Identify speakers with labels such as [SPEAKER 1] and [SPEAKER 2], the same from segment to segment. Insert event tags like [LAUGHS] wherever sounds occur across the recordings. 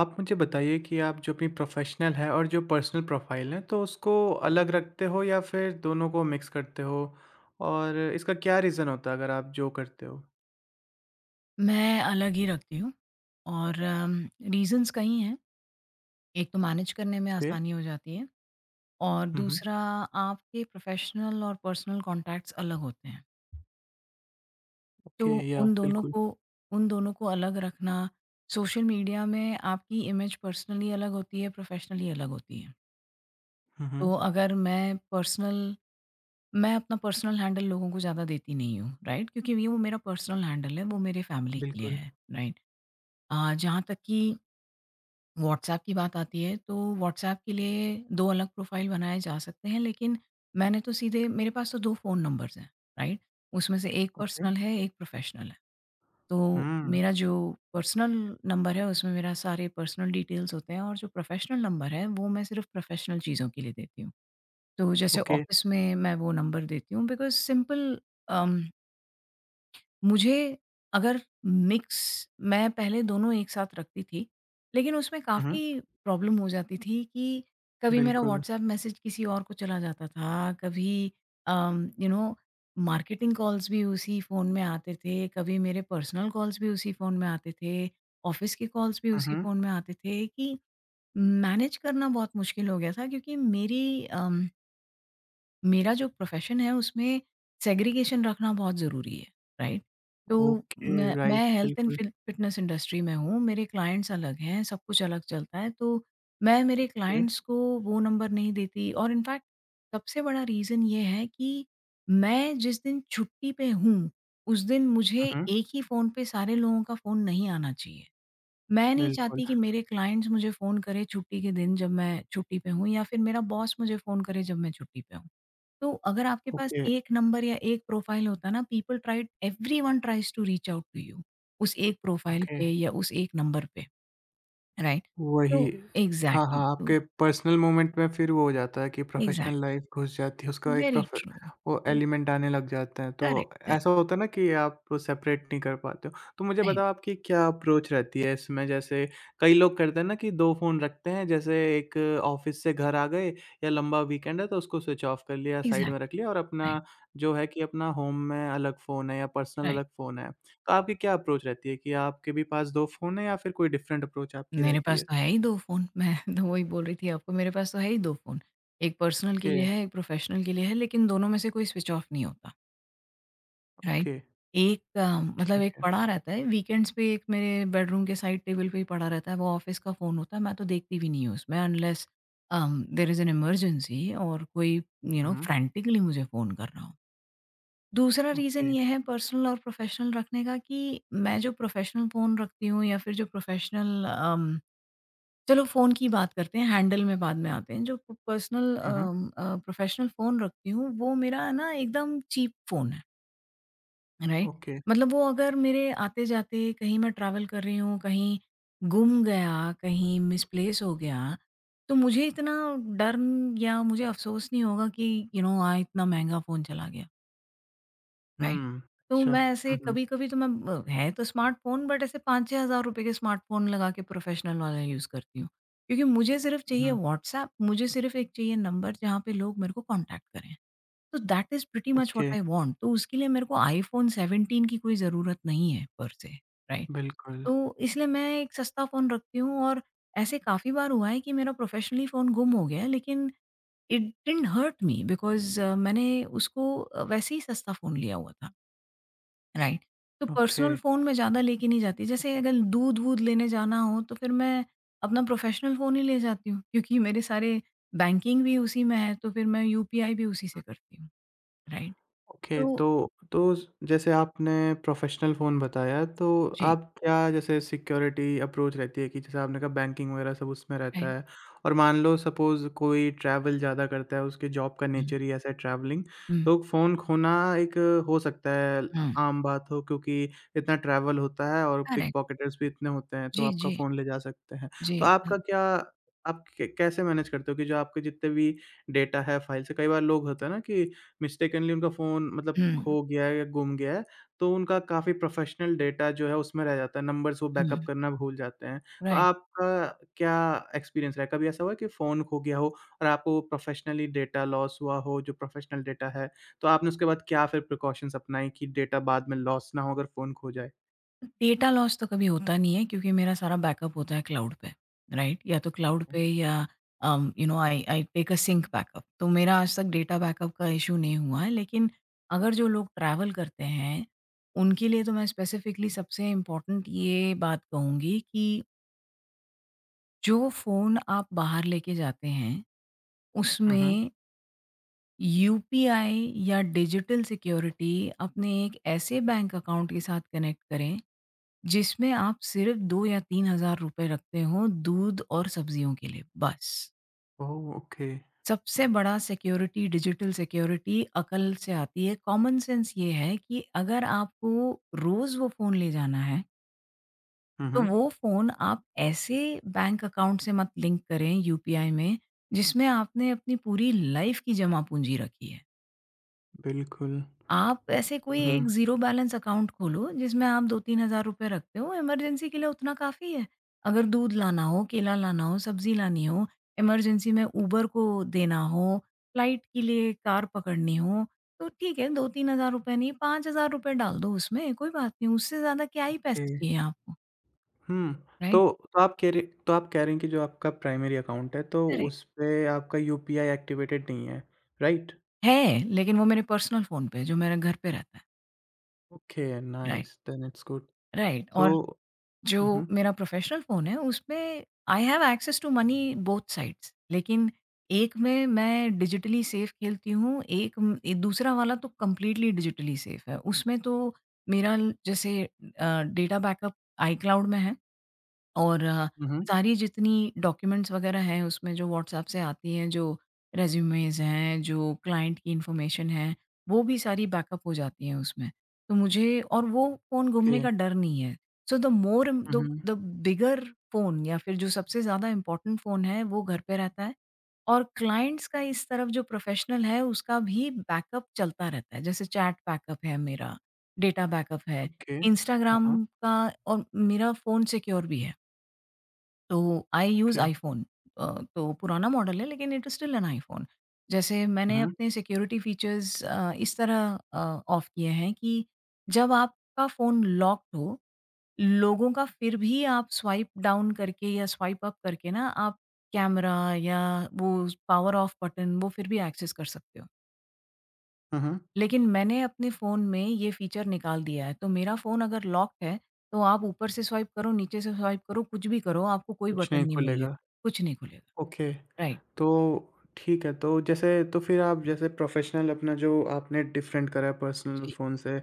[SPEAKER 1] आप मुझे बताइए कि आप जो अपनी प्रोफ़ेशनल है और जो पर्सनल प्रोफ़ाइल है, तो उसको अलग रखते हो या फिर दोनों को मिक्स करते हो? और इसका क्या रीज़न होता है अगर आप जो करते हो?
[SPEAKER 2] मैं अलग ही रखती हूँ और रीज़न्स कई हैं। एक तो मैनेज करने में
[SPEAKER 1] ओके।
[SPEAKER 2] आसानी हो जाती है और
[SPEAKER 1] हुँ, हुँ।
[SPEAKER 2] दूसरा आपके प्रोफ़ेशनल और पर्सनल कॉन्टैक्ट्स अलग होते हैं। तो
[SPEAKER 1] ओके या
[SPEAKER 2] उन दोनों
[SPEAKER 1] बिल्कुल।
[SPEAKER 2] को उन दोनों को अलग रखना। सोशल मीडिया में आपकी इमेज पर्सनली अलग होती है, प्रोफ़ेशनली अलग होती है।
[SPEAKER 1] हुँ, हुँ।
[SPEAKER 2] तो अगर मैं पर्सनल मैं अपना पर्सनल हैंडल लोगों को ज़्यादा देती नहीं हूँ, राइट? क्योंकि ये वो मेरा पर्सनल हैंडल है, वो मेरे फैमिली के लिए
[SPEAKER 1] बिल्कुल।
[SPEAKER 2] है, राइट? जहाँ तक कि व्हाट्सएप की बात आती है तो व्हाट्सएप के लिए 2 अलग प्रोफ़ाइल बनाए जा सकते हैं, लेकिन मैंने तो सीधे मेरे पास तो 2 फ़ोन नंबर्स हैं, राइट? उसमें से एक
[SPEAKER 1] ओके।
[SPEAKER 2] पर्सनल है, एक प्रोफ़ेशनल है। तो
[SPEAKER 1] हुँ।
[SPEAKER 2] मेरा जो पर्सनल नंबर है उसमें मेरा सारे पर्सनल डिटेल्स होते हैं और जो प्रोफ़ेशनल नंबर है वो मैं सिर्फ़ प्रोफ़ेशनल चीज़ों के लिए देती हूँ। तो जैसे
[SPEAKER 1] ओके।
[SPEAKER 2] ऑफ़िस में मैं वो नंबर देती हूँ बिकॉज़ सिंपल। अम मुझे अगर मिक्स मैं पहले दोनों एक साथ रखती थी, लेकिन उसमें
[SPEAKER 1] हुँ, हुँ।
[SPEAKER 2] काफ़ी प्रॉब्लम हो जाती थी कि कभी मेरा
[SPEAKER 1] बिल्कुल।
[SPEAKER 2] व्हाट्सएप मैसेज किसी और को चला जाता था, कभी um, you know marketing calls भी उसी फ़ोन में आते थे, कभी मेरे पर्सनल कॉल्स भी उसी फ़ोन में आते थे, ऑफ़िस के कॉल्स भी
[SPEAKER 1] हुँ,
[SPEAKER 2] उसी
[SPEAKER 1] हुँ।
[SPEAKER 2] फ़ोन में आते थे कि मैनेज करना बहुत मुश्किल हो गया था क्योंकि मेरी अम मेरा जो प्रोफ़ेशन है उसमें सेग्रीगेशन रखना बहुत ज़रूरी है, राइट? तो
[SPEAKER 1] ओके,
[SPEAKER 2] मैं
[SPEAKER 1] राइट
[SPEAKER 2] मैं हेल्थ एंड
[SPEAKER 1] बिल्कुल।
[SPEAKER 2] फिटनेस इंडस्ट्री में हूँ, मेरे क्लाइंट्स अलग हैं, सब कुछ अलग चलता है, तो मैं मेरे
[SPEAKER 1] ओके।
[SPEAKER 2] क्लाइंट्स को वो नंबर नहीं देती। और इनफैक्ट सबसे बड़ा रीज़न ये है कि मैं जिस दिन छुट्टी पे हूँ, उस दिन मुझे
[SPEAKER 1] हुँ, हुँ।
[SPEAKER 2] एक ही फ़ोन पे सारे लोगों का फ़ोन नहीं आना चाहिए। मैं नहीं
[SPEAKER 1] बिल्कुल।
[SPEAKER 2] चाहती कि मेरे क्लाइंट्स मुझे फ़ोन करें छुट्टी के दिन जब मैं छुट्टी पे हूँ या फिर मेरा बॉस मुझे फ़ोन करे जब मैं छुट्टी पे हूँ। तो अगर आपके पास
[SPEAKER 1] ओके,
[SPEAKER 2] 1 नंबर या 1 प्रोफ़ाइल होता ना, people tried, everyone tries to reach out to you, उस 1 प्रोफ़ाइल
[SPEAKER 1] ओके।
[SPEAKER 2] पे या उस 1 नंबर पे, राइट?
[SPEAKER 1] वही।
[SPEAKER 2] तो
[SPEAKER 1] हाँ,
[SPEAKER 2] एग्ज़ैक्टली,
[SPEAKER 1] हाँ,
[SPEAKER 2] तो
[SPEAKER 1] आपके पर्सनल मोमेंट में फिर वो हो जाता है कि
[SPEAKER 2] एग्ज़ैक्ट,
[SPEAKER 1] प्रोफ़ेशनल लाइफ़ घुस जाती है, उसका एक
[SPEAKER 2] वेरी
[SPEAKER 1] प्रोफ
[SPEAKER 2] ट्रू।
[SPEAKER 1] वो एलिमेंट आने लग जाते हैं,
[SPEAKER 2] करेक्ट,
[SPEAKER 1] तो
[SPEAKER 2] करेक्ट,
[SPEAKER 1] ऐसा होता है ना कि आप सेपरेट नहीं कर पाते हो। तो मुझे
[SPEAKER 2] राइट,
[SPEAKER 1] बताओ आपकी क्या अप्रोच रहती है इसमें? जैसे कई लोग करते हैं ना कि 2 फ़ोन रखते हैं, जैसे एक ऑफ़िस से घर आ गए या लंबा वीकेंड है तो उसको स्विच ऑफ कर लिया, साइड में रख
[SPEAKER 2] एग्ज़ैक्टली,
[SPEAKER 1] लिया और
[SPEAKER 2] राइट,
[SPEAKER 1] अपना जो है कि अपना होम में अलग फ़ोन है या पर्सनल
[SPEAKER 2] राइट।
[SPEAKER 1] अलग फ़ोन है। तो आपकी क्या अप्रोच रहती है कि आपके भी पास 2 फ़ोन हैं या फिर कोई डिफरेंट अप्रोच आपकी
[SPEAKER 2] मेरे
[SPEAKER 1] रहती
[SPEAKER 2] पास
[SPEAKER 1] है?
[SPEAKER 2] तो है ही 2 फ़ोन। मैं [LAUGHS] तो वही बोल रही थी आपको, मेरे पास तो है ही 2 फ़ोन, एक पर्सनल के
[SPEAKER 1] ओके,
[SPEAKER 2] लिए है, एक प्रोफ़ेशनल के लिए है, लेकिन दोनों में से कोई स्विच ऑफ नहीं होता। राइट।
[SPEAKER 1] ओके।
[SPEAKER 2] एक मतलब
[SPEAKER 1] ठीक
[SPEAKER 2] एक
[SPEAKER 1] है।
[SPEAKER 2] पड़ा रहता है, वीकेंड्स पे एक मेरे बेडरूम के साइड टेबल पे ही पड़ा रहता है, वो ऑफ़िस का फ़ोन होता है, मैं तो देखती भी नहीं हूँ उसमें, unless there is an emergency और कोई
[SPEAKER 1] हुँ, हुँ,
[SPEAKER 2] फ्रैंटिकली मुझे फ़ोन कर रहा हो। दूसरा रीज़न
[SPEAKER 1] ओके।
[SPEAKER 2] ये है पर्सनल और प्रोफ़ेशनल रखने का कि मैं जो प्रोफ़ेशनल फ़ोन रखती हूँ, या फिर जो प्रोफ़ेशनल चलो फ़ोन की बात करते हैं, हैंडल में बाद में आते हैं। जो पर्सनल
[SPEAKER 1] हुँ, हुँ,
[SPEAKER 2] प्रोफ़ेशनल फ़ोन रखती हूँ, वो मेरा ना एकदम चीप फ़ोन है। Right,
[SPEAKER 1] okay.
[SPEAKER 2] मतलब वो अगर मेरे आते-जाते कहीं मैं ट्रैवल कर रही हूँ, कहीं गुम गया, कहीं मिसप्लेस हो गया, तो मुझे इतना डर न- या मुझे अफ़सोस नहीं होगा कि यू नो, हाँ, इतना महँगा फ़ोन चला गया, राइट?
[SPEAKER 1] हुँ,
[SPEAKER 2] तो
[SPEAKER 1] अच्छा।
[SPEAKER 2] मैं ऐसे,
[SPEAKER 1] हुँ, हुँ,
[SPEAKER 2] कभी-कभी तो मैं ब है तो स्मार्टफ़ोन, बट ऐसे 5,000-6,000 रुपए के स्मार्टफ़ोन लगा के प्रोफ़ेशनल वाला यूज़ करती हूँ। क्योंकि मुझे सिर्फ़
[SPEAKER 1] हुँ,
[SPEAKER 2] चाहिए
[SPEAKER 1] हुँ,
[SPEAKER 2] व्हाट्सएप, मुझे सिर्फ़ एक चाहिए नंबर जहाँ पे लोग मेरे को कॉन्टैक्ट करें। तो that is pretty much what
[SPEAKER 1] okay,
[SPEAKER 2] I want, तो उसके लिए मेरे को आईफ़ोन 17 की कोई ज़रूरत नहीं है पर से, राइट?
[SPEAKER 1] बिल्कुल,
[SPEAKER 2] तो इसलिए मैं एक सस्ता फ़ोन रखती हूँ और ऐसे काफ़ी बार हुआ है कि मेरा प्रोफ़ेशनली फ़ोन गुम हो गया है, लेकिन it didn't hurt me because मैंने उसको वैसे ही सस्ता फ़ोन लिया हुआ था, राइट? तो
[SPEAKER 1] ओके।
[SPEAKER 2] पर्सनल फ़ोन मैं ज़्यादा लेके नहीं जाती, जैसे अगर दूध-वूध लेने जाना हो तो फिर मैं अपना प्रोफ़ेशनल फ़ोन ही ले जाती हूँ, क्योंकि मेरे सारे बैंकिंग भी उसी में है तो फिर मैं यूपीआई भी उसी से करती हूँ, राइट?
[SPEAKER 1] ओके,
[SPEAKER 2] तो
[SPEAKER 1] तो स जैसे आपने प्रोफ़ेशनल फ़ोन बताया, तो
[SPEAKER 2] जी,
[SPEAKER 1] आप क्या जैसे सिक्योरिटी अप्रोच रहती है कि जैसे आपने कहा बैंकिंग वगैरह सब उसमें रहता
[SPEAKER 2] राइट।
[SPEAKER 1] है और मान लो सपोज़ कोई ट्रैवल ज़्यादा करता है, उसके जॉब का
[SPEAKER 2] हुँ,
[SPEAKER 1] नेचर ही ऐसा है ट्रैवलिंग,
[SPEAKER 2] हुँ,
[SPEAKER 1] तो फ़ोन खोना एक हो सकता है
[SPEAKER 2] हुँ,
[SPEAKER 1] आम बात हो क्योंकि इतना ट्रैवल होता है और
[SPEAKER 2] करेक्ट।
[SPEAKER 1] पिकपॉकेटर्स भी इतने होते हैं, तो
[SPEAKER 2] जी,
[SPEAKER 1] आपका
[SPEAKER 2] जी,
[SPEAKER 1] फ़ोन ले जा सकते हैं।
[SPEAKER 2] जी,
[SPEAKER 1] तो आपका
[SPEAKER 2] बिल्क
[SPEAKER 1] क्या आप क कैसे मैनेज करते हो कि जो आपके जितने भी डेटा है, फाइल्स है, कई बार लोग होते हैं ना कि मिस्टेकनली उनका फ़ोन मतलब
[SPEAKER 2] हुँ,
[SPEAKER 1] खो गया है या गुम गया है, तो उनका काफ़ी प्रोफ़ेशनल डेटा जो है उसमें रह जाता है, नंबर्स वो बैकअप
[SPEAKER 2] हुँ,
[SPEAKER 1] करना भूल जाते हैं। तो
[SPEAKER 2] राइट।
[SPEAKER 1] आपका क्या एक्सपीरियंस रहा है? कभी ऐसा हुआ है कि फ़ोन खो गया हो और आपको प्रोफ़ेशनली डेटा लॉस हुआ हो, जो प्रोफ़ेशनल डेटा है, तो आपने उसके बाद क्या फिर प्रिकॉशंस अपनाई कि डेटा बाद में लॉस ना हो अगर फ़ोन खो जाए?
[SPEAKER 2] डेटा लॉस तो कभी होता नहीं है क्योंकि मेरा सारा बैकअप होता है क्लाउड पे, राइट? या तो क्लाउड पे या you know, I I take a sync backup. तो मेरा आज तक डेटा बैकअप का इश्यू नहीं हुआ है, लेकिन अगर जो लोग ट्रैवल करते हैं, उनके लिए तो मैं स्पेसिफिकली सबसे इम्पोर्टेंट ये बात कहूँगी कि जो फ़ोन आप बाहर लेके जाते हैं,
[SPEAKER 1] हुँ, हुँ।
[SPEAKER 2] उसमें यूपीआई या डिजिटल सिक्योरिटी अपने एक ऐसे बैंक अकाउंट के साथ कनेक्ट करें जिसमें आप सिर्फ 2 या 3,000 रुपए रखते हो, दूध और सब्जियों के लिए बस।
[SPEAKER 1] ओह! ओके।
[SPEAKER 2] सबसे बड़ा सिक्योरिटी, डिजिटल सिक्योरिटी अकल से आती है, कॉमन सेंस ये है कि अगर आपको रोज़ वो फ़ोन ले जाना है,
[SPEAKER 1] हुँ,
[SPEAKER 2] तो
[SPEAKER 1] हुँ।
[SPEAKER 2] वो फ़ोन आप ऐसे बैंक अकाउंट से मत लिंक करें यूपीआई में जिसमें आपने अपनी पूरी लाइफ़ की जमा पूँजी रखी है।
[SPEAKER 1] बिल्कुल।
[SPEAKER 2] आप ऐसे कोई
[SPEAKER 1] हुँ,
[SPEAKER 2] एक ज़ीरो बैलेंस अकाउंट खोलो जिसमें आप 2-3 हज़ार रुपए रखते हो, इमरजेंसी के लिए उतना काफ़ी है। अगर दूध लाना हो, केला लाना हो, सब्ज़ी लानी हो, इमरजेंसी में उबर को देना हो, फ्लाइट के लिए कार पकड़नी हो, तो ठीक है, 2-3 हज़ार रुपए नहीं, 5,000 रुपए डाल दो उसमें, कोई बात नहीं, उससे ज़्यादा क्या ही
[SPEAKER 1] ओके।
[SPEAKER 2] पैसे चाहिए आपको,
[SPEAKER 1] हुँ।
[SPEAKER 2] राइट?
[SPEAKER 1] आप कह रहे तो आप कह रहे हैं कि जो आपका प्राइमरी अकाउंट है, तो
[SPEAKER 2] करेक्ट
[SPEAKER 1] उसपे आपका यूपीआई एक्टिवेटेड नहीं है, राइट?
[SPEAKER 2] है, लेकिन वो मेरे पर्सनल फ़ोन पे है, जो मेरे घर पे रहता है।
[SPEAKER 1] Okay,
[SPEAKER 2] right,
[SPEAKER 1] nice, then it's good.
[SPEAKER 2] Right
[SPEAKER 1] so
[SPEAKER 2] और
[SPEAKER 1] हुँ,
[SPEAKER 2] जो
[SPEAKER 1] हुँ,
[SPEAKER 2] मेरा प्रोफ़ेशनल फ़ोन है, उसमें I have access to money both sides. लेकिन एक में मैं डिजिटली सेफ़ खेलती हूँ, एक म ए दूसरा वाला तो कंप्लीटली डिजिटली सेफ़ है। उसमें तो मेरा ल जैसे डेटा बैकअप आईक्लाउड में है। और
[SPEAKER 1] हुँ, हुँ,
[SPEAKER 2] सारी जितनी डॉक्यूमेंट्स वगैरह हैं उसमें, जो व्हाट्सएप से आती हैं, जो रेज़्यूमेज़ हैं, जो क्लाइंट की इन्फॉर्मेशन है, वो भी सारी बैकअप हो जाती है उसमें। तो मुझे और वो फ़ोन
[SPEAKER 1] ओके,
[SPEAKER 2] गुमने का डर नहीं है। So the more
[SPEAKER 1] hmm,
[SPEAKER 2] the
[SPEAKER 1] hmm,
[SPEAKER 2] the bigger phone, या फिर जो सबसे ज़्यादा इम्पोर्टेंट फ़ोन है वो घर पे रहता है और क्लाइंट्स का इस तरफ जो प्रोफ़ेशनल है उसका भी बैकअप चलता रहता है। जैसे चैट बैकअप है मेरा, डेटा बैकअप है,
[SPEAKER 1] ओके, हाँ, हाँ,
[SPEAKER 2] इंस्टाग्राम का, और मेरा फ़ोन सिक्योर भी है। तो I use
[SPEAKER 1] okay,
[SPEAKER 2] iPhone, uh, तो पुराना मॉडल है लेकिन it is still an iPhone. जैसे
[SPEAKER 1] हुँ,
[SPEAKER 2] मैंने
[SPEAKER 1] हुँ,
[SPEAKER 2] अपने सिक्योरिटी फ़ीचर्स इस तरह ऑफ किए हैं कि जब आपका फ़ोन लॉक्ड हो, लोगों का फिर भी आप स्वाइप डाउन करके या स्वाइप अप करके ना आप कैमरा या वो पावर ऑफ बटन वो फिर भी एक्सेस कर सकते हो।
[SPEAKER 1] हुँ, हुँ,
[SPEAKER 2] लेकिन मैंने अपने फ़ोन में ये फ़ीचर निकाल दिया है, तो मेरा फ़ोन अगर लॉक्ड है, तो आप ऊपर से स्वाइप करो, नीचे से स्वाइप करो, कुछ भी करो, आपको कोई
[SPEAKER 1] कुछ
[SPEAKER 2] बटन
[SPEAKER 1] नहीं
[SPEAKER 2] नहीं मिलेगा,
[SPEAKER 1] खुलेगा,
[SPEAKER 2] कुछ नहीं खुलेगा।
[SPEAKER 1] ओके।
[SPEAKER 2] राइट,
[SPEAKER 1] तो ठीक है, तो जैसे तो फिर आप जैसे प्रोफ़ेशनल अपना जो आपने डिफ़रेंट करा है पर्सनल
[SPEAKER 2] जी,
[SPEAKER 1] फ़ोन से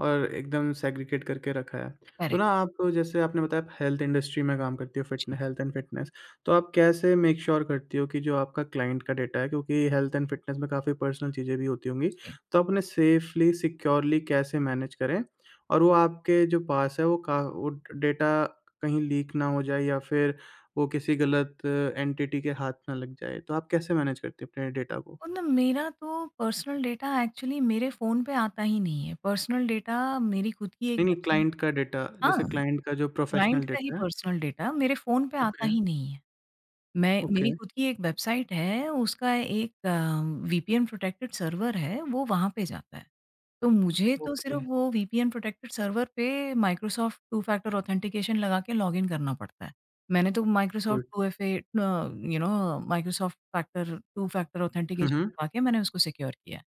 [SPEAKER 1] और एकदम सेग्रीगेट करके रखा है। तो ना
[SPEAKER 2] करेक्ट,
[SPEAKER 1] आप जैसे आपने बताया आप हेल्थ इंडस्ट्री में काम करती हो
[SPEAKER 2] जी,
[SPEAKER 1] फ़िटने हेल्थ एंड फ़िटनेस। तो आप कैसे मेक श्योर करती हो कि जो आपका क्लाइंट का डेटा है क्योंकि हेल्थ एंड फ़िटनेस में काफ़ी पर्सनल चीज़ें भी होती होंगी।
[SPEAKER 2] जी।
[SPEAKER 1] तो आप उन्हें सेफ़ली सिक्योरली कैसे मैनेज करें? और वो आपके जो पास है वो का वो डेटा कहीं लीक ना हो जाए या फिर वो किसी गलत एंटिटी के हाथ ना लग जाए, तो आप कैसे मैनेज करती हैं अपने डेटा को?
[SPEAKER 2] और ना, मेरा तो पर्सनल डाटा एक्चुअली मेरे फ़ोन पे आता ही नहीं है। पर्सनल डाटा मेरी खुद की एक
[SPEAKER 1] नहीं, नहीं
[SPEAKER 2] वेबसाइट
[SPEAKER 1] क्लाइंट का डेटा
[SPEAKER 2] हाँ,
[SPEAKER 1] जैसे क्लाइंट का जो
[SPEAKER 2] क्लाइंट
[SPEAKER 1] प्रोफ़ेशनल
[SPEAKER 2] का ही
[SPEAKER 1] डेटा है।
[SPEAKER 2] पर्सनल डाटा मेरे फ़ोन पे आता
[SPEAKER 1] ओके,
[SPEAKER 2] ही नहीं है। मैं,
[SPEAKER 1] ओके,
[SPEAKER 2] मेरी खुद की एक वेबसाइट है, उसका एक वीपीएन प्रोटेक्टेड सर्वर है, वो वहाँ पे जाता है। तो मुझे तो
[SPEAKER 1] ओके।
[SPEAKER 2] सिर्फ़ वो वीपीएन प्रोटेक्टेड सर्वर पे माइक्रोसॉफ्ट टू फैक्टर ऑथेंटिकेशन लगा के लॉगिन करना पड़ता है। मैंने तो Microsoft
[SPEAKER 1] good.
[SPEAKER 2] Two F A you know, Microsoft factor two factor
[SPEAKER 1] hmm,
[SPEAKER 2] authentication
[SPEAKER 1] हुँ,
[SPEAKER 2] लगा के मैंने उसको सिक्योर किया है।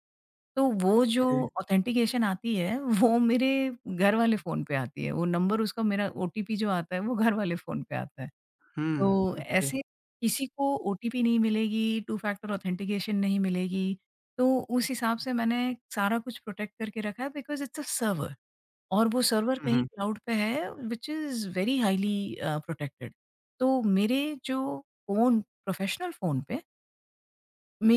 [SPEAKER 2] तो वो जो
[SPEAKER 1] ओके,
[SPEAKER 2] ऑथेंटिकेशन आती है वो मेरे घर वाले फ़ोन पे आती है। वो नंबर, उसका मेरा ओटीपी जो आता है वो घर वाले फ़ोन पे आता है।
[SPEAKER 1] हुँ,
[SPEAKER 2] तो
[SPEAKER 1] ओके,
[SPEAKER 2] ऐसे किसी को ओटीपी नहीं मिलेगी, टू फैक्टर ऑथेंटिकेशन नहीं मिलेगी, तो उस हिसाब से मैंने सारा कुछ प्रोटेक्ट करके रखा है बिकॉज़ इट्स अ सर्वर, और वो सर्वर
[SPEAKER 1] हुँ,
[SPEAKER 2] कहीं
[SPEAKER 1] हुँ,
[SPEAKER 2] क्लाउड पे है which is very highly protected. तो मेरे जो फ़ोन, प्रोफेशनल फ़ोन पे,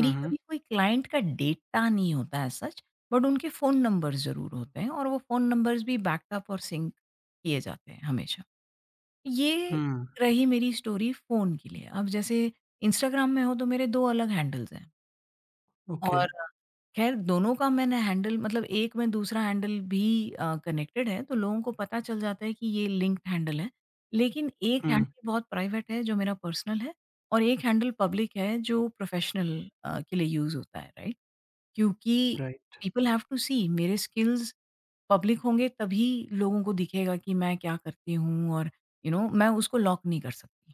[SPEAKER 1] हुँ, हुँ,
[SPEAKER 2] कभी कोई क्लाइंट का डेटा नहीं होता एज़ सच, बट उनके फ़ोन नंबर्स ज़रूर होते हैं और वो फ़ोन नंबर्स भी बैकअप और सिंक किए जाते हैं हमेशा। ये
[SPEAKER 1] हुँ,
[SPEAKER 2] रही मेरी स्टोरी फ़ोन के लिए। अब जैसे इंस्टाग्राम में हो तो मेरे 2 अलग हैंडल्स हैं,
[SPEAKER 1] ओके,
[SPEAKER 2] और ख़ैर दोनों का मैंने हैंडल मतलब एक में दूसरा हैंडल भी कनेक्टेड है तो लोगों को पता चल जाता है कि ये लिंक्ड हैंडल है। लेकिन एक
[SPEAKER 1] हुँ,
[SPEAKER 2] हैंडल बहुत प्राइवेट है जो मेरा पर्सनल है, और एक हैंडल पब्लिक है जो प्रोफ़ेशनल के लिए यूज़ होता है, राइट? क्योंकि
[SPEAKER 1] right.
[SPEAKER 2] People have to see, मेरे स्किल्स पब्लिक होंगे तभी लोगों को दिखेगा कि मैं क्या करती हूँ, और यू नो मैं उसको लॉक नहीं कर सकती।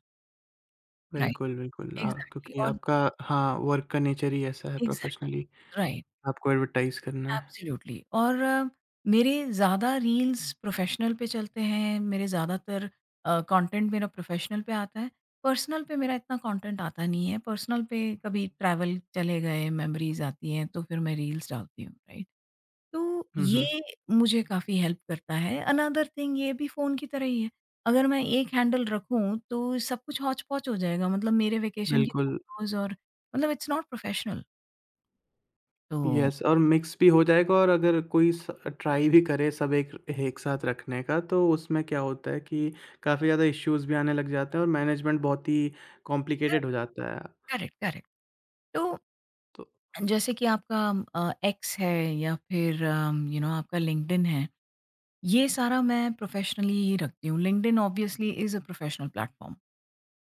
[SPEAKER 2] राइट,
[SPEAKER 1] बिल्कुल, बिल्कुल
[SPEAKER 2] एग्ज़ैक्टली
[SPEAKER 1] क्योंकि
[SPEAKER 2] और
[SPEAKER 1] आपका हाँ, वर्क का नेचर ही ऐसा है प्रोफ़ेशनली
[SPEAKER 2] एग्ज़ैक्टली, राइट,
[SPEAKER 1] आपको एडवर्टाइज़ करना है।
[SPEAKER 2] एब्सोल्युटली। और मेरे ज़्यादा रील्स प्रोफ़ेशनल पे चलते हैं, मेरे ज़्यादातर कंटेंट मेरा प्रोफ़ेशनल पे आता है। पर्सनल पे मेरा इतना कंटेंट आता नहीं है, पर्सनल पे कभी ट्रैवल चले गए, मेमोरीज़ आती हैं तो फिर मैं रील्स डालती हूँ, राइट? तो
[SPEAKER 1] हुँ, हुँ,
[SPEAKER 2] ये मुझे काफ़ी हेल्प करता है। अनदर थिंग, ये भी फ़ोन की तरह ही है। अगर मैं एक हैंडल रखूँ तो सब कुछ हौच-पौच हो जाएगा, मतलब मेरे वेकेशन की
[SPEAKER 1] बिल्कुल।
[SPEAKER 2] फ़ोटोज़ और, मतलब इट्स नॉट प्रोफेशनल। तो
[SPEAKER 1] यस और मिक्स भी हो जाएगा और अगर कोई स ट्राई भी करे सब एक एक साथ रखने का, तो उसमें क्या होता है कि काफ़ी ज़्यादा इश्यूज़ भी आने लग जाते हैं और मैनेजमेंट बहुत ही कॉम्प्लिकेटेड हो जाता है।
[SPEAKER 2] Correct, correct. तो
[SPEAKER 1] तो
[SPEAKER 2] जैसे कि आपका एक्स है, या फिर यू नो आपका लिंक्डइन है, ये सारा मैं प्रोफेशनली ही रखती हूँ। LinkedIn obviously is a professional platform.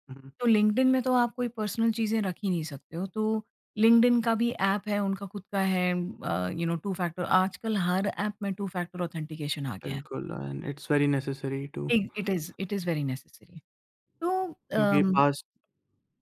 [SPEAKER 1] हुँ,
[SPEAKER 2] तो लिंक्डइन में तो आप कोई पर्सनल चीज़ें रख ही नहीं सकते हो, तो लिंक्डइन का भी ऐप है, उनका खुद का है, यू नो, टू फैक्टर, आजकल हर ऐप में टू फैक्टर ऑथेंटिकेशन आ गया है।
[SPEAKER 1] बिल्कुल and it's very necessary to
[SPEAKER 2] it it is very necessary. तो
[SPEAKER 1] क्योंकि
[SPEAKER 2] अम,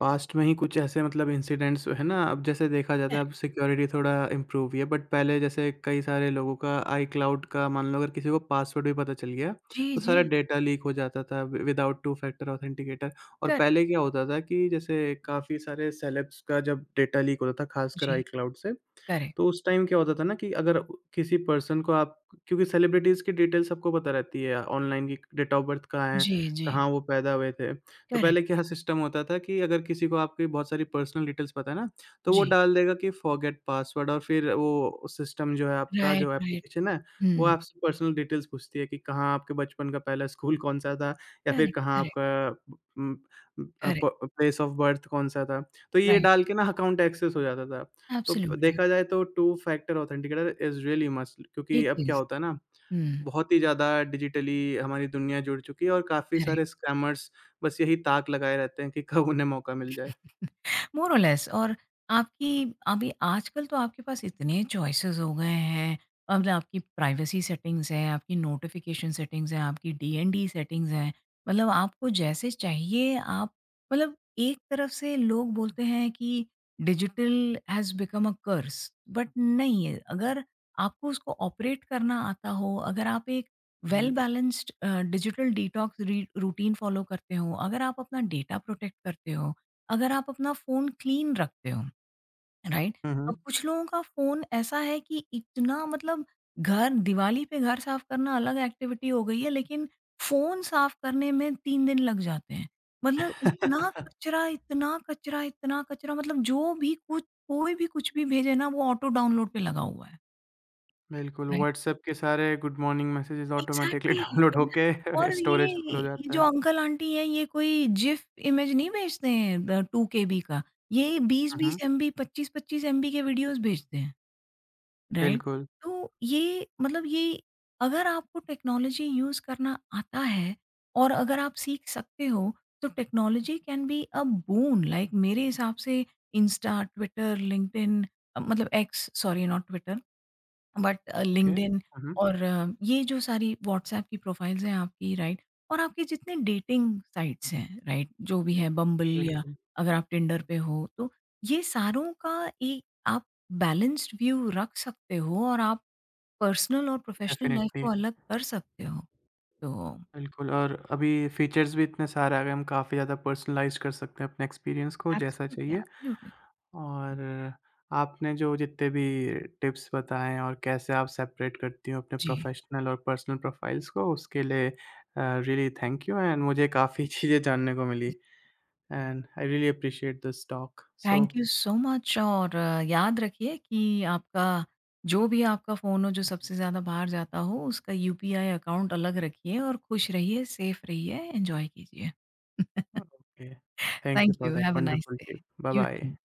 [SPEAKER 1] पास्ट में ही कुछ ऐसे मतलब इंसिडेंट्स है ना, अब जैसे देखा जाता है
[SPEAKER 2] करेक्ट,
[SPEAKER 1] अब सिक्योरिटी थोड़ा इम्प्रूव हुई है, बट पहले जैसे कई सारे लोगों का आईक्लाउड का मान लो अगर किसी को पासवर्ड भी पता चल गया,
[SPEAKER 2] जी,
[SPEAKER 1] तो
[SPEAKER 2] जी,
[SPEAKER 1] सारा डेटा लीक हो जाता था वि विदाउट टू फैक्टर ऑथेंटिकेटर और
[SPEAKER 2] करेक्ट,
[SPEAKER 1] पहले क्या होता था कि जैसे काफ़ी सारे सेलेब्स का जब डेटा लीक होता था, खासकर
[SPEAKER 2] जी,
[SPEAKER 1] आईक्लाउड से,
[SPEAKER 2] करेक्ट,
[SPEAKER 1] तो उस टाइम क्या होता था ना कि अगर किसी पर्सन को आप क्योंकि सेलिब्रिटीज़ की डिटेल सबको पता रहती है ऑनलाइन की डेट ऑफ बर्थ कहाँ है,
[SPEAKER 2] जी, जी,
[SPEAKER 1] कहाँ वो पैदा हुए थे। तो
[SPEAKER 2] करेक्ट,
[SPEAKER 1] पहले क्या सिस्टम होता था कि अगर किसी को आपकी बहुत सारी पर्सनल डिटेल्स पता है ना, तो वो
[SPEAKER 2] जी,
[SPEAKER 1] डाल देगा कि फॉरगेट पासवर्ड और फिर वो सिस्टम जो है आपका
[SPEAKER 2] राइट,
[SPEAKER 1] जो
[SPEAKER 2] राइट,
[SPEAKER 1] एप्लीकेशन है, वो
[SPEAKER 2] हुँ,
[SPEAKER 1] आपसे पर्सनल डिटेल्स पूछती है कि कहाँ आपके बचपन का पहला स्कूल [LAUGHS] कौन-सा था या फिर
[SPEAKER 2] करेक्ट,
[SPEAKER 1] कहाँ
[SPEAKER 2] करेक्ट,
[SPEAKER 1] आपका उम, अ,
[SPEAKER 2] करेक्ट,
[SPEAKER 1] प प्लेस ऑफ बर्थ कौन-सा था। तो ये
[SPEAKER 2] राइट,
[SPEAKER 1] डाल के ना अकाउंट एक्सेस हो जाता था। तो प
[SPEAKER 2] एब्सोल्युटली,
[SPEAKER 1] देखा जाए तो two factor authenticator is really must क्योंकि
[SPEAKER 2] इट
[SPEAKER 1] अब क्या
[SPEAKER 2] इज़,
[SPEAKER 1] होता है ना,
[SPEAKER 2] हुँ,
[SPEAKER 1] बहुत ही ज़्यादा डिजिटली हमारी दुनिया जुड़ चुकी है और काफ़ी सारे
[SPEAKER 2] करेक्ट।
[SPEAKER 1] स्कैमर्स बस यही ताक लगाए रहते हैं कि [LAUGHS] कब उन्हें मौका मिल जाए।
[SPEAKER 2] मोर और लेस, और आपकी, अभी आजकल तो आपके पास इतने चॉइसेस हो गए हैं, मतलब आपकी प्राइवेसी सेटिंग्स हैं, आपकी नोटिफिकेशन सेटिंग्स हैं, आपकी डीएनडी सेटिंग्स हैं। मतलब आपको जैसे चाहिए आप, मतलब एक तरफ से लोग बोलते हैं कि digital has become a curse, but नहीं है। अगर आपको उसको ऑपरेट करना आता हो, अगर आप एक
[SPEAKER 1] हुँ,
[SPEAKER 2] वेल
[SPEAKER 1] हुँ।
[SPEAKER 2] बैलेंस्ड डिजिटल डिटॉक्स री रूटीन फॉलो करते हो, अगर आप अपना डेटा प्रोटेक्ट करते हो, अगर आप अपना फ़ोन क्लीन रखते हो, राइट?
[SPEAKER 1] हुँ,
[SPEAKER 2] अब
[SPEAKER 1] हुँ।
[SPEAKER 2] कुछ लोगों का फ़ोन ऐसा है कि इतना, मतलब घर, दिवाली पे घर साफ करना अलग एक्टिविटी हो गई है, लेकिन फ़ोन साफ करने में 3 दिन लग जाते हैं। मतलब इतना
[SPEAKER 1] [LAUGHS]
[SPEAKER 2] कचरा, इतना कचरा, इतना कचरा, मतलब जो भी कुछ, कोई भी कुछ भी भेजे ना, वो ऑटो डाउनलोड पे लगा हुआ है,
[SPEAKER 1] बिल्कुल,
[SPEAKER 2] राइट?
[SPEAKER 1] व्हाट्सएप के सारे good morning messages automatically
[SPEAKER 2] exactly,
[SPEAKER 1] download
[SPEAKER 2] exact.
[SPEAKER 1] होके
[SPEAKER 2] और
[SPEAKER 1] [LAUGHS] स्टोरेज फुल हो
[SPEAKER 2] ये
[SPEAKER 1] जाता
[SPEAKER 2] जो
[SPEAKER 1] है।
[SPEAKER 2] अंकल-आंटी हैं, ये कोई जिफ इमेज नहीं भेजते हैं ब 2 केबी का, ये
[SPEAKER 1] हुँ,
[SPEAKER 2] 20-20
[SPEAKER 1] हुँ,
[SPEAKER 2] एमबी, 25-25 एमबी के वीडियोज़ भेजते हैं, राइट?
[SPEAKER 1] बिल्कुल,
[SPEAKER 2] तो ये, मतलब ये, अगर आपको टेक्नोलॉजी यूज़ करना आता है और अगर आप सीख सकते हो, तो technology can be a boon. Like मेरे हिसाब से इंस्टा, ट्विटर, लिंक्डइन, मतलब X, sorry, not Twitter but
[SPEAKER 1] okay.
[SPEAKER 2] LinkedIn,
[SPEAKER 1] हुँ, हुँ,
[SPEAKER 2] और ये जो सारी व्हाट्सएप की प्रोफाइल्स हैं आपकी, राइट, और आपके जितने डेटिंग साइट्स हैं, राइट, जो भी है, बम्बल, या
[SPEAKER 1] बिल्कुल,
[SPEAKER 2] अगर आप टिंडर पे हो, तो ये सारों का एक आप बैलेंस्ड व्यू रख सकते हो और आप पर्सनल और प्रोफेशनल लाइफ
[SPEAKER 1] डेफ़िनिटली,
[SPEAKER 2] को अलग कर सकते हो, तो
[SPEAKER 1] बिल्कुल और अभी फीचर्स भी इतने सारे आ गए, हम काफ़ी ज़्यादा पर्सनलाइज़ कर सकते हैं अपने एक्सपीरियंस को जैसा
[SPEAKER 2] एब्सोल्युटली,
[SPEAKER 1] चाहिए।
[SPEAKER 2] एब्सोल्युटली,
[SPEAKER 1] और आपने जो जितने भी टिप्स बताएँ और कैसे आप सेपरेट करती हो अपने
[SPEAKER 2] जी,
[SPEAKER 1] प्रोफ़ेशनल और पर्सनल प्रोफ़ाइल्स को, उसके लिए रियली थैंक यू एंड मुझे काफ़ी [LAUGHS] चीज़ें जानने को मिली and I really appreciate this talk. So
[SPEAKER 2] thank you so much. और याद रखिए कि आपका जो भी आपका फ़ोन हो, जो सबसे ज़्यादा बाहर जाता हो, उसका यूपीआई अकाउंट अलग रखिए और खुश रहिए, सेफ रहिए, एन्जॉय कीजिए। [LAUGHS]
[SPEAKER 1] Okay, thank you
[SPEAKER 2] thank
[SPEAKER 1] for
[SPEAKER 2] you,
[SPEAKER 1] that
[SPEAKER 2] have a nice
[SPEAKER 1] wonderful
[SPEAKER 2] day.
[SPEAKER 1] Tip.
[SPEAKER 2] You
[SPEAKER 1] bye bye.
[SPEAKER 2] To.